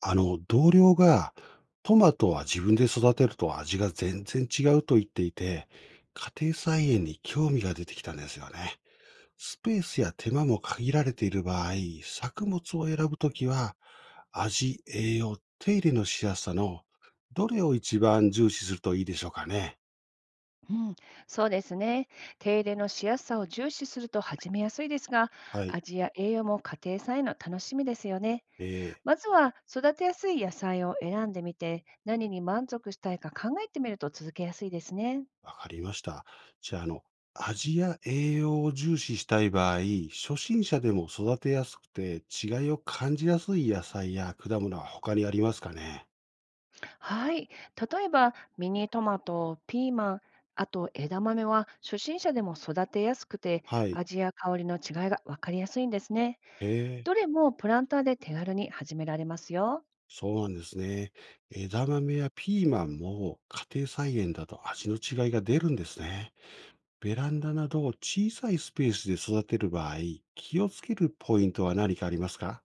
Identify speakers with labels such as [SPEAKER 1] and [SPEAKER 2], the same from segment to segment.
[SPEAKER 1] 同僚がトマトは自分で育てると味が全然違うと言っていて、家庭菜園に興味が出てきたんですよね。スペースや手間も限られている場合、作物を選ぶときは、味、栄養、手入れのしやすさの、どれを一番重視するといいでしょうかね？
[SPEAKER 2] うん、そうですね。手入れのしやすさを重視すると始めやすいですが、
[SPEAKER 1] はい。
[SPEAKER 2] 味や栄養も家庭菜の楽しみですよね。
[SPEAKER 1] ええ、
[SPEAKER 2] まずは育てやすい野菜を選んでみて、何に満足したいか考えてみると続けやすいですね。
[SPEAKER 1] わかりました。じゃあ、味や栄養を重視したい場合、初心者でも育てやすくて違いを感じやすい野菜や果物は他にありますかね？
[SPEAKER 2] はい。例えば、ミニトマト、ピーマン、あと枝豆は初心者でも育てやすくて、
[SPEAKER 1] はい。
[SPEAKER 2] 味や香りの違いが分かりやすいんですね。
[SPEAKER 1] へえ、
[SPEAKER 2] どれもプランターで手軽に始められますよ。
[SPEAKER 1] そうなんですね。枝豆やピーマンも家庭菜園だと味の違いが出るんですね。ベランダなど小さいスペースで育てる場合、気をつけるポイントは何かありますか？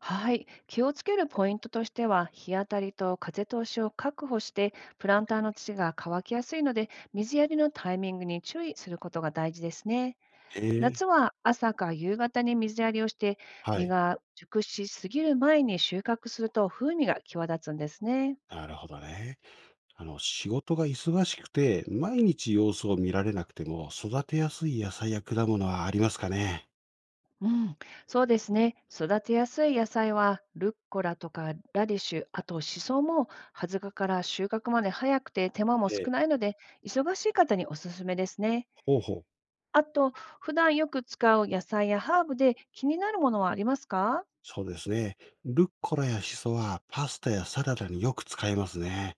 [SPEAKER 2] はい、気をつけるポイントとしては、日当たりと風通しを確保して、プランターの土が乾きやすいので、水やりのタイミングに注意することが大事ですね。
[SPEAKER 1] ええ、
[SPEAKER 2] 夏は朝か夕方に水やりをして、
[SPEAKER 1] は
[SPEAKER 2] 実
[SPEAKER 1] い。
[SPEAKER 2] が熟しすぎる前に収穫すると風味が際立つんですね。
[SPEAKER 1] なるほどね。仕事が忙しくて、毎日様子を見られなくても、育てやすい野菜や果物はありますかね？
[SPEAKER 2] うん、そうですね。育てやすい野菜は、ルッコラとかラディッシュ、あとシソも、葉塚から収穫まで早くて手間も
[SPEAKER 1] え
[SPEAKER 2] 少
[SPEAKER 1] え、
[SPEAKER 2] ないので、忙しい方におすすめですね。
[SPEAKER 1] ほうほう。
[SPEAKER 2] あと、普段よく使う野菜やハーブで気になるものはありますか？
[SPEAKER 1] そうですね。ルッコラやシソはパスタやサラダによく使えますね。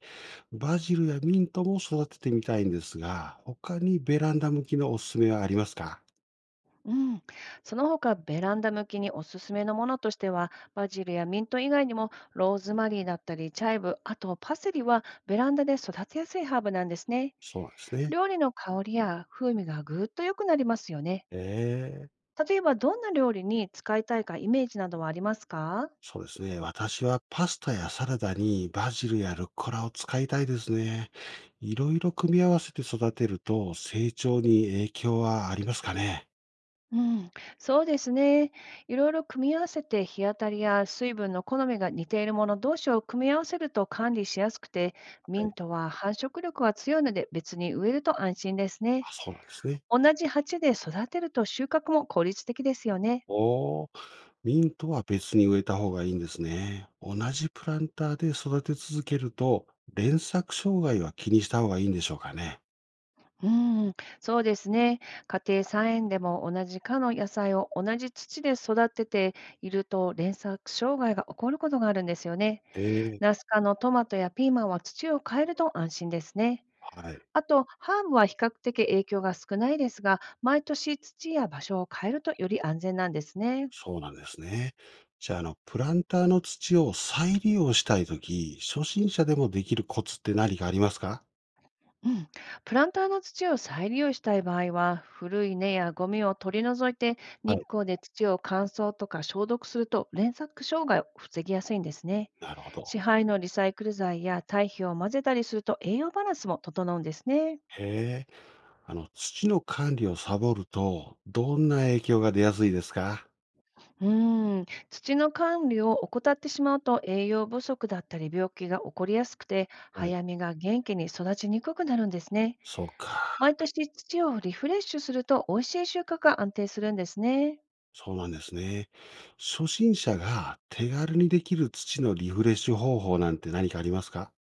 [SPEAKER 1] バジルやミントも育ててみたいんですが、他にベランダ向きのおすすめはありますか？
[SPEAKER 2] うん。その他、ベランダ向きにおすすめのものとしては、バジルやミント以外にも、ローズマリーだったり、チャイブ、あとパセリはベランダで育てやすいハーブなんですね。
[SPEAKER 1] そうなんですね。
[SPEAKER 2] 料理の香りや風味がぐーっと良くなりますよね。
[SPEAKER 1] ええ、
[SPEAKER 2] 例えば、どんな料理に使いたいかイメージなどはありますか？
[SPEAKER 1] そうですね。私はパスタやサラダにバジルやルッコラを使いたいですね。いろいろ組み合わせて育てると成長に影響はありますかね。
[SPEAKER 2] うん、そうですね。いろいろ組み合わせて日当たりや水分の好みが似ているもの同士を組み合わせると管理しやすくて、ミ
[SPEAKER 1] は
[SPEAKER 2] ン
[SPEAKER 1] い。
[SPEAKER 2] トは繁殖力が強いので別に植えると安心ですね。
[SPEAKER 1] あ、そうなんですね。
[SPEAKER 2] 同じ鉢で育てると収穫も効率的ですよね。
[SPEAKER 1] おー、ミントは別に植えた方がいいんですね。同じプランターで育て続けると、連作障害は気にした方がいいんでしょうかね。
[SPEAKER 2] うん、そうですね。家庭菜園でも同じ科の野菜を同じ土で育てていると連作障害が起こることがあるんですよね。
[SPEAKER 1] ええ。
[SPEAKER 2] ナス科のトマトやピーマンは土を変えると安心ですね。
[SPEAKER 1] はい。
[SPEAKER 2] あと、ハーブは比較的影響が少ないですが、毎年土や場所を変えるとより安全なんですね。
[SPEAKER 1] そうなんですね。じゃあ、プランターの土を再利用したいとき、初心者でもできるコツって何かありますか？
[SPEAKER 2] うん、プランターの土を再利用したい場合は、古い根やゴミを取り除いて、
[SPEAKER 1] は
[SPEAKER 2] 日
[SPEAKER 1] い。
[SPEAKER 2] 光で土を乾燥とか消毒すると、連作障害を防ぎやすいんですね。
[SPEAKER 1] なるほど。
[SPEAKER 2] 支配のリサイクル材や堆肥を混ぜたりすると、栄養バランスも整うんですね。
[SPEAKER 1] へえ。土の管理をサボると、どんな影響が出やすいですか？
[SPEAKER 2] うーん、土の管理を怠ってしまうと栄養不足だったり病気が起こりやすくて、
[SPEAKER 1] はい。
[SPEAKER 2] 早めが元気に育ちにくくなるんですね。
[SPEAKER 1] そうか。
[SPEAKER 2] 毎年土をリフレッシュすると美味しい収穫が安定するんですね。
[SPEAKER 1] そうなんですね。初心者が手軽にできる土のリフレッシュ方法なんて何かありますか？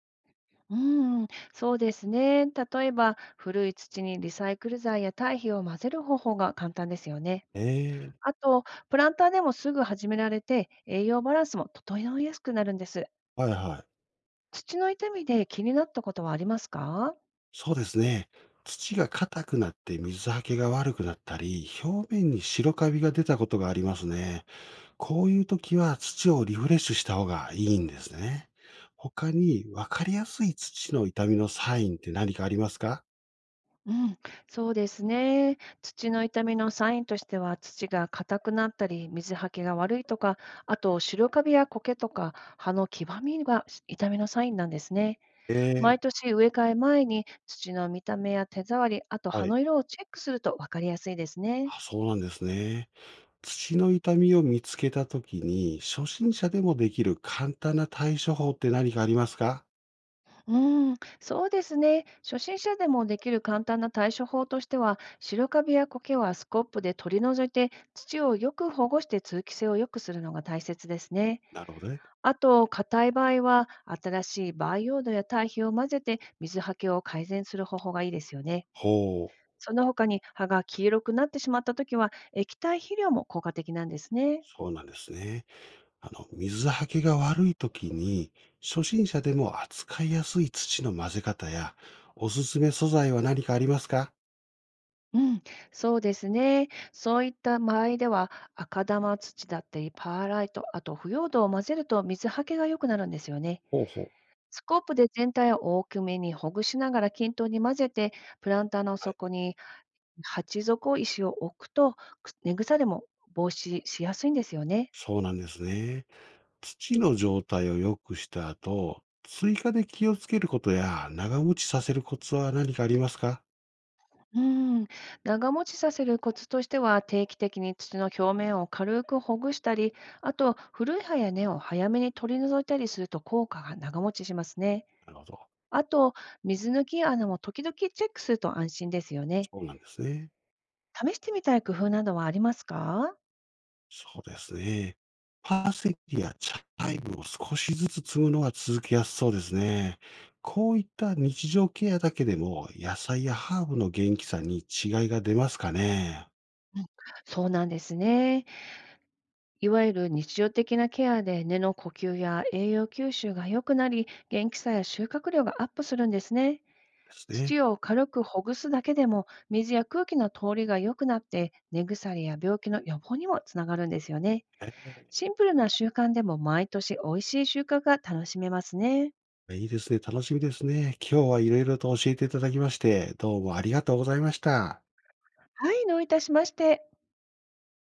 [SPEAKER 2] うーん、そうですね。例えば古い土にリサイクル材や堆肥を混ぜる方法が簡単ですよね。
[SPEAKER 1] ええ、
[SPEAKER 2] あと、プランターでもすぐ始められて栄養バランスも整いやすくなるんです。
[SPEAKER 1] はいはい。
[SPEAKER 2] 土の痛みで気になったことはありますか？
[SPEAKER 1] そうですね。土が硬くなって水はけが悪くなったり、表面に白カビが出たことがありますね。こういう時は土をリフレッシュした方がいいんですね。他に分かりやすい土の痛みのサインって何かありますか？
[SPEAKER 2] うん、そうですね。土の痛みのサインとしては、土が硬くなったり、水はけが悪いとか、あと白カビや苔とか、葉の黄ばみが痛みのサインなんですね。
[SPEAKER 1] え
[SPEAKER 2] 毎
[SPEAKER 1] え、
[SPEAKER 2] 年植え替え前に土の見た目や手触り、あと葉
[SPEAKER 1] はい。
[SPEAKER 2] の色をチェックすると分かりやすいですね。
[SPEAKER 1] あ、そうなんですね。土の痛みを見つけた時に、初心者でもできる簡単な対処法って何かありますか？
[SPEAKER 2] うん、そうですね。初心者でもできる簡単な対処法としては、白カビや苔はスコップで取り除いて、土をよく保護して通気性を良くするのが大切ですね。
[SPEAKER 1] なるほどね。
[SPEAKER 2] あと、硬い場合は、新しい培養土や堆肥を混ぜて水はけを改善する方法がいいですよね。
[SPEAKER 1] ほう。
[SPEAKER 2] その他に葉が黄色くなってしまったときは、液体肥料も効果的なんですね。
[SPEAKER 1] そうなんですね。水はけが悪い時に、初心者でも扱いやすい土の混ぜ方や、おすすめ素材は何かありますか？
[SPEAKER 2] うん、そうですね。そういった場合では、赤玉土だったり、パーライト、あと腐葉土を混ぜると水はけが良くなるんですよね。
[SPEAKER 1] ほうほう。
[SPEAKER 2] スコープで全体を大きめにほぐしながら均等に混ぜて、プランターの
[SPEAKER 1] はい。
[SPEAKER 2] 底に鉢底石を置くと、く根腐れも防止しやすいんですよね。
[SPEAKER 1] そうなんですね。土の状態を良くした後、追加で気をつけることや長持ちさせるコツは何かありますか？
[SPEAKER 2] うん、長持ちさせるコツとしては、定期的に土の表面を軽くほぐしたり、あと古い葉や根を早めに取り除いたりすると効果が長持ちしますね。
[SPEAKER 1] なるほど。
[SPEAKER 2] あと、水抜き穴も時々チェックすると安心ですよね。
[SPEAKER 1] そうなんですね。
[SPEAKER 2] 試してみたい工夫などはありますか？
[SPEAKER 1] そうですね。パセリやチャイムを少しずつ摘むのは続けやすそうですね。こういった日常ケアだけでも野菜やハーブの元気さに違いが出ますかね。
[SPEAKER 2] そうなんですね。いわゆる日常的なケアで根の呼吸や栄養吸収が良くなり、元気さや収穫量がアップするんですね。
[SPEAKER 1] ですね。
[SPEAKER 2] 土を軽くほぐすだけでも、水や空気の通りが良くなって、根腐れや病気の予防にもつながるんですよね。シンプルな習慣でも毎年美味しい収穫が楽しめますね。
[SPEAKER 1] え、いいですね。楽しみですね。今日はいろいろと教えていただきまして、どうもありがとうございました。
[SPEAKER 2] はい、どういたしまして。